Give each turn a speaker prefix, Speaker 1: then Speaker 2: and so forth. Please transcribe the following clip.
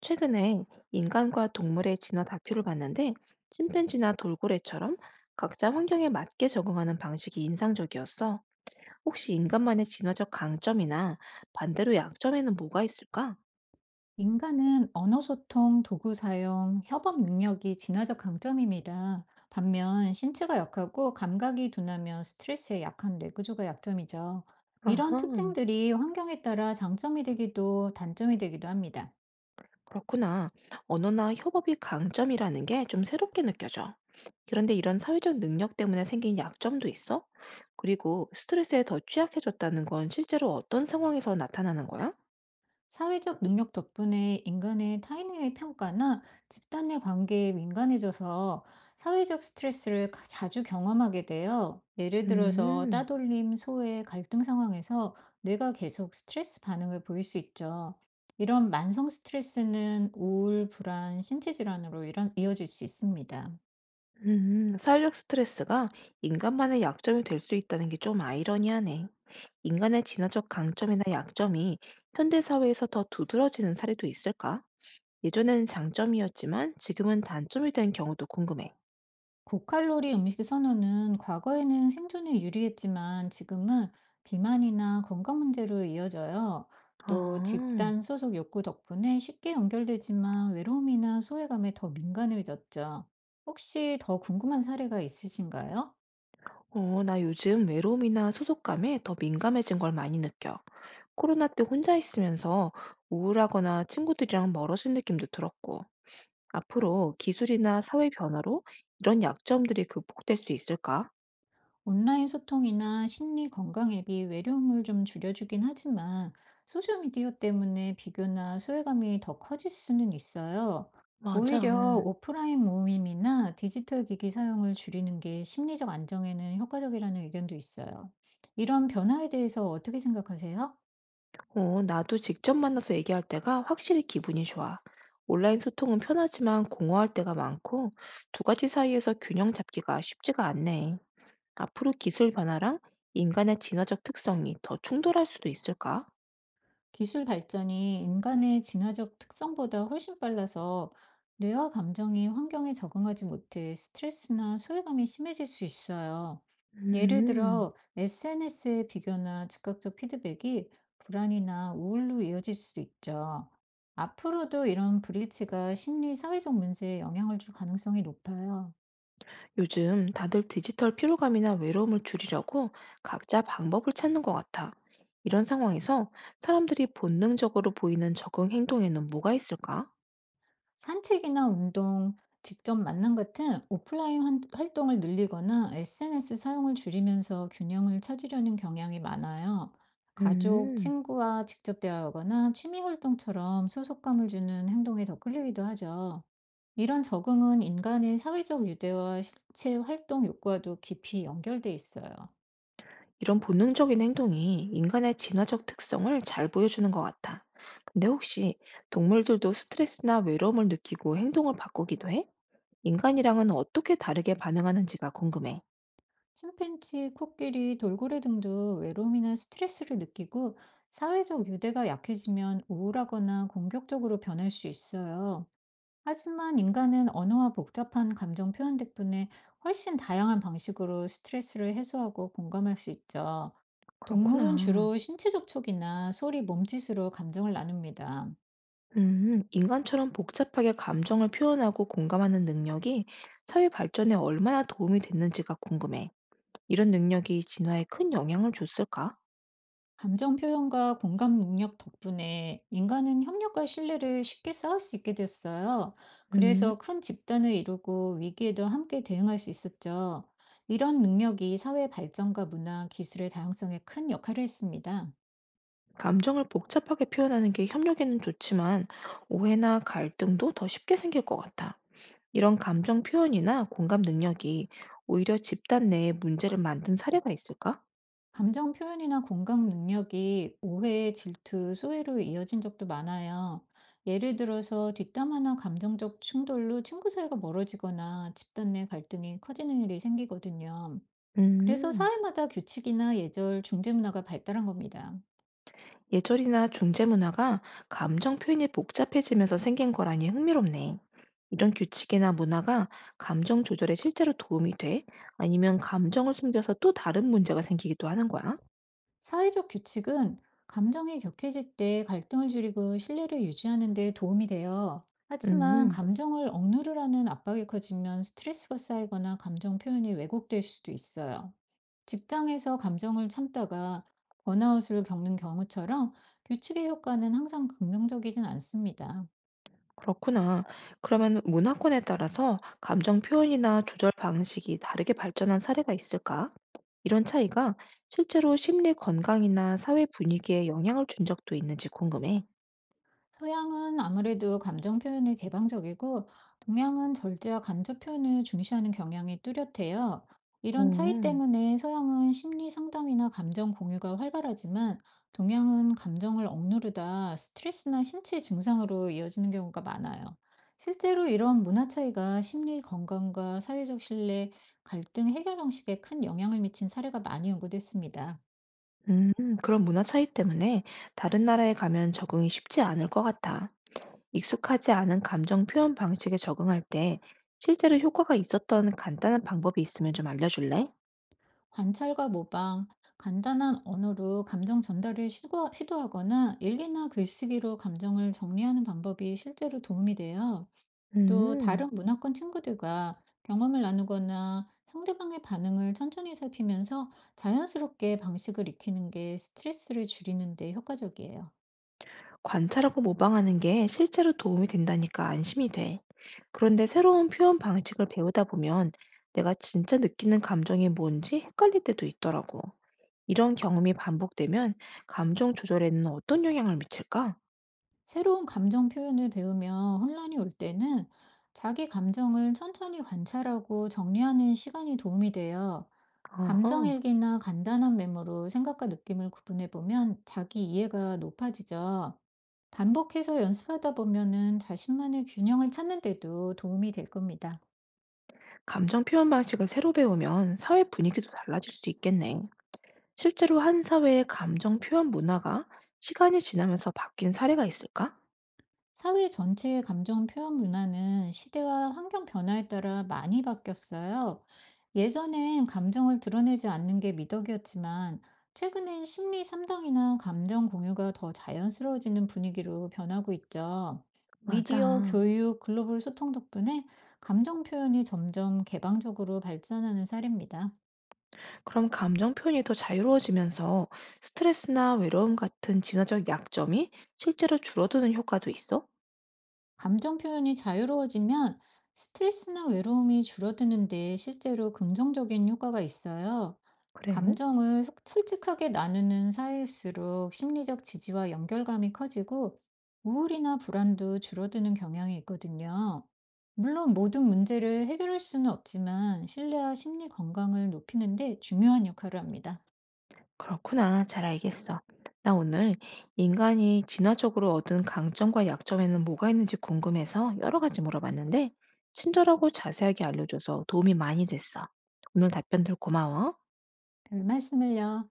Speaker 1: 최근에 인간과 동물의 진화 다큐를 봤는데 침팬지나 돌고래처럼 각자 환경에 맞게 적응하는 방식이 인상적이었어. 혹시 인간만의 진화적 강점이나 반대로 약점에는 뭐가 있을까?
Speaker 2: 인간은 언어 소통, 도구 사용, 협업 능력이 진화적 강점입니다. 반면 신체가 약하고 감각이 둔하며 스트레스에 약한 뇌구조가 약점이죠. 이런
Speaker 1: 아하,
Speaker 2: 특징들이 환경에 따라 장점이 되기도 단점이 되기도 합니다.
Speaker 1: 그렇구나. 언어나 협업이 강점이라는 게 좀 새롭게 느껴져. 그런데 이런 사회적 능력 때문에 생긴 약점도 있어? 그리고 스트레스에 더 취약해졌다는 건 실제로 어떤 상황에서 나타나는 거야?
Speaker 2: 사회적 능력 덕분에 인간의 타인의 평가나 집단 의 관계에 민감해져서 사회적 스트레스를 자주 경험하게 돼요. 예를 들어서
Speaker 1: 음.
Speaker 2: 따돌림, 소외, 갈등 상황에서 뇌가 계속 스트레스 반응을 보일 수 있죠. 이런 만성 스트레스는 우울, 불안, 신체 질환으로 이어질 수 있습니다.
Speaker 1: 사회적 스트레스가 인간만의 약점이 될 수 있다는 게 좀 아이러니하네. 인간의 진화적 강점이나 약점이 현대 사회에서 더 두드러지는 사례도 있을까? 예전에는 장점이었지만 지금은 단점이 된 경우도 궁금해.
Speaker 2: 고칼로리 음식 선호는 과거에는 생존에 유리했지만 지금은 비만이나 건강 문제로 이어져요. 또
Speaker 1: 아,
Speaker 2: 집단 소속 욕구 덕분에 쉽게 연결되지만 외로움이나 소외감에 더 민감해졌죠. 혹시 더 궁금한 사례가 있으신가요?
Speaker 1: 어, 나 요즘 외로움이나 소속감에 더 민감해진 걸 많이 느껴. 코로나 때 혼자 있으면서 우울하거나 친구들이랑 멀어진 느낌도 들었고. 앞으로 기술이나 사회 변화로 이런 약점들이 극복될 수 있을까?
Speaker 2: 온라인 소통이나 심리 건강 앱이 외로움을 좀 줄여주긴 하지만 소셜미디어 때문에 비교나 소외감이 더 커질 수는 있어요.
Speaker 1: 맞아.
Speaker 2: 오히려 오프라인 모임이나 디지털 기기 사용을 줄이는 게 심리적 안정에는 효과적이라는 의견도 있어요. 이런 변화에 대해서 어떻게 생각하세요?
Speaker 1: 어, 나도 직접 만나서 얘기할 때가 확실히 기분이 좋아. 온라인 소통은 편하지만 공허할 때가 많고 두 가지 사이에서 균형 잡기가 쉽지가 않네. 앞으로 기술 변화랑 인간의 진화적 특성이 더 충돌할 수도 있을까?
Speaker 2: 기술 발전이 인간의 진화적 특성보다 훨씬 빨라서 뇌와 감정이 환경에 적응하지 못해 스트레스나 소외감이 심해질 수 있어요. 예를
Speaker 1: 음,
Speaker 2: 들어 SNS의 비교나 즉각적 피드백이 불안이나 우울로 이어질 수도 있죠. 앞으로도 이런 불일치가 심리, 사회적 문제에 영향을 줄 가능성이 높아요.
Speaker 1: 요즘 다들 디지털 피로감이나 외로움을 줄이려고 각자 방법을 찾는 것 같아. 이런 상황에서 사람들이 본능적으로 보이는 적응 행동에는 뭐가 있을까?
Speaker 2: 산책이나 운동, 직접 만남 같은 오프라인 활동을 늘리거나 SNS 사용을 줄이면서 균형을 찾으려는 경향이 많아요. 가족,
Speaker 1: 음.
Speaker 2: 친구와 직접 대화하거나 취미 활동처럼 소속감을 주는 행동에 더 끌리기도 하죠. 이런 적응은 인간의 사회적 유대와 실체 활동 욕구와도 깊이 연결돼 있어요.
Speaker 1: 이런 본능적인 행동이 인간의 진화적 특성을 잘 보여주는 것 같아. 근데 혹시 동물들도 스트레스나 외로움을 느끼고 행동을 바꾸기도 해? 인간이랑은 어떻게 다르게 반응하는지가 궁금해.
Speaker 2: 침팬치 코끼리, 돌고래 등도 외로움이나 스트레스를 느끼고 사회적 유대가 약해지면 우울하거나 공격적으로 변할 수 있어요. 하지만 인간은 언어와 복잡한 감정 표현 덕분에 훨씬 다양한 방식으로 스트레스를 해소하고 공감할 수 있죠. 동물은
Speaker 1: 그렇구나.
Speaker 2: 주로 신체 접촉이나 소리, 몸짓으로 감정을 나눕니다.
Speaker 1: 인간처럼 복잡하게 감정을 표현하고 공감하는 능력이 사회 발전에 얼마나 도움이 됐는지가 궁금해. 이런 능력이 진화에 큰 영향을 줬을까?
Speaker 2: 감정 표현과 공감 능력 덕분에 인간은 협력과 신뢰를 쉽게 쌓을 수 있게 됐어요.
Speaker 1: 음.
Speaker 2: 그래서 큰 집단을 이루고 위기에도 함께 대응할 수 있었죠. 이런 능력이 사회 발전과 문화, 기술의 다양성에 큰 역할을 했습니다.
Speaker 1: 감정을 복잡하게 표현하는 게 협력에는 좋지만 오해나 갈등도 더 쉽게 생길 것 같아. 이런 감정 표현이나 공감 능력이 오히려 집단 내에 문제를 만든 사례가 있을까?
Speaker 2: 감정 표현이나 공감 능력이 오해, 질투, 소외로 이어진 적도 많아요. 예를 들어서 뒷담화나 감정적 충돌로 친구 사이가 멀어지거나 집단 내 갈등이 커지는 일이 생기거든요. 그래서
Speaker 1: 음,
Speaker 2: 사회마다 규칙이나 예절, 중재 문화가 발달한 겁니다.
Speaker 1: 예절이나 중재 문화가 감정 표현이 복잡해지면서 생긴 거라니 흥미롭네. 이런 규칙이나 문화가 감정 조절에 실제로 도움이 돼? 아니면 감정을 숨겨서 또 다른 문제가 생기기도 하는 거야?
Speaker 2: 사회적 규칙은 감정이 격해질 때 갈등을 줄이고 신뢰를 유지하는 데 도움이 돼요. 하지만
Speaker 1: 음.
Speaker 2: 감정을 억누르라는 압박이 커지면 스트레스가 쌓이거나 감정 표현이 왜곡될 수도 있어요. 직장에서 감정을 참다가 번아웃을 겪는 경우처럼 규칙의 효과는 항상 긍정적이진 않습니다.
Speaker 1: 그렇구나. 그러면 문화권에 따라서 감정 표현이나 조절 방식이 다르게 발전한 사례가 있을까? 이런 차이가 실제로 심리 건강이나 사회 분위기에 영향을 준 적도 있는지 궁금해.
Speaker 2: 서양은 아무래도 감정 표현에 개방적이고, 동양은 절제와 간접 표현을 중시하는 경향이 뚜렷해요. 이런 차이
Speaker 1: 어.
Speaker 2: 때문에 서양은 심리 상담이나 감정 공유가 활발하지만, 동양은 감정을 억누르다 스트레스나 신체 증상으로 이어지는 경우가 많아요. 실제로 이런 문화 차이가 심리 건강과 사회적 신뢰, 갈등 해결 방식에 큰 영향을 미친 사례가 많이 연구됐습니다.
Speaker 1: 음, 그런 문화 차이 때문에 다른 나라에 가면 적응이 쉽지 않을 것 같아. 익숙하지 않은 감정 표현 방식에 적응할 때 실제로 효과가 있었던 간단한 방법이 있으면 좀 알려줄래?
Speaker 2: 관찰과 모방, 간단한 언어로 감정 전달을 시도하거나 일기나 글쓰기로 감정을 정리하는 방법이 실제로 도움이 돼요. 또 다른
Speaker 1: 음.
Speaker 2: 문화권 친구들과 경험을 나누거나 상대방의 반응을 천천히 살피면서 자연스럽게 방식을 익히는 게 스트레스를 줄이는 데 효과적이에요.
Speaker 1: 관찰하고 모방하는 게 실제로 도움이 된다니까 안심이 돼. 그런데 새로운 표현 방식을 배우다 보면 내가 진짜 느끼는 감정이 뭔지 헷갈릴 때도 있더라고. 이런 경험이 반복되면 감정 조절에는 어떤 영향을 미칠까?
Speaker 2: 새로운 감정 표현을 배우며 혼란이 올 때는 자기 감정을 천천히 관찰하고 정리하는 시간이 도움이 돼요.
Speaker 1: 어허.
Speaker 2: 감정일기나 간단한 메모로 생각과 느낌을 구분해 보면 자기 이해가 높아지죠. 반복해서 연습하다 보면은 자신만의 균형을 찾는 데도 도움이 될 겁니다.
Speaker 1: 감정 표현 방식을 새로 배우면 사회 분위기도 달라질 수 있겠네. 실제로 한 사회의 감정 표현 문화가 시간이 지나면서 바뀐 사례가 있을까?
Speaker 2: 사회 전체의 감정 표현 문화는 시대와 환경 변화에 따라 많이 바뀌었어요. 예전엔 감정을 드러내지 않는 게 미덕이었지만, 최근엔 심리 상담이나 감정 공유가 더 자연스러워지는 분위기로 변하고 있죠. 미디어,
Speaker 1: 맞아.
Speaker 2: 교육, 글로벌 소통 덕분에 감정 표현이 점점 개방적으로 발전하는 사례입니다.
Speaker 1: 그럼 감정 표현이 더 자유로워지면서 스트레스나 외로움 같은 진화적 약점이 실제로 줄어드는 효과도 있어?
Speaker 2: 감정 표현이 자유로워지면 스트레스나 외로움이 줄어드는데 실제로 긍정적인 효과가 있어요.
Speaker 1: 그래?
Speaker 2: 감정을 솔직하게 나누는 사이일수록 심리적 지지와 연결감이 커지고 우울이나 불안도 줄어드는 경향이 있거든요. 물론 모든 문제를 해결할 수는 없지만 신뢰와 심리 건강을 높이는 데 중요한 역할을 합니다.
Speaker 1: 그렇구나. 잘 알겠어. 나 오늘 인간이 진화적으로 얻은 강점과 약점에는 뭐가 있는지 궁금해서 여러 가지 물어봤는데, 친절하고 자세하게 알려줘서 도움이 많이 됐어. 오늘 답변들 고마워.
Speaker 2: 별 말씀을요.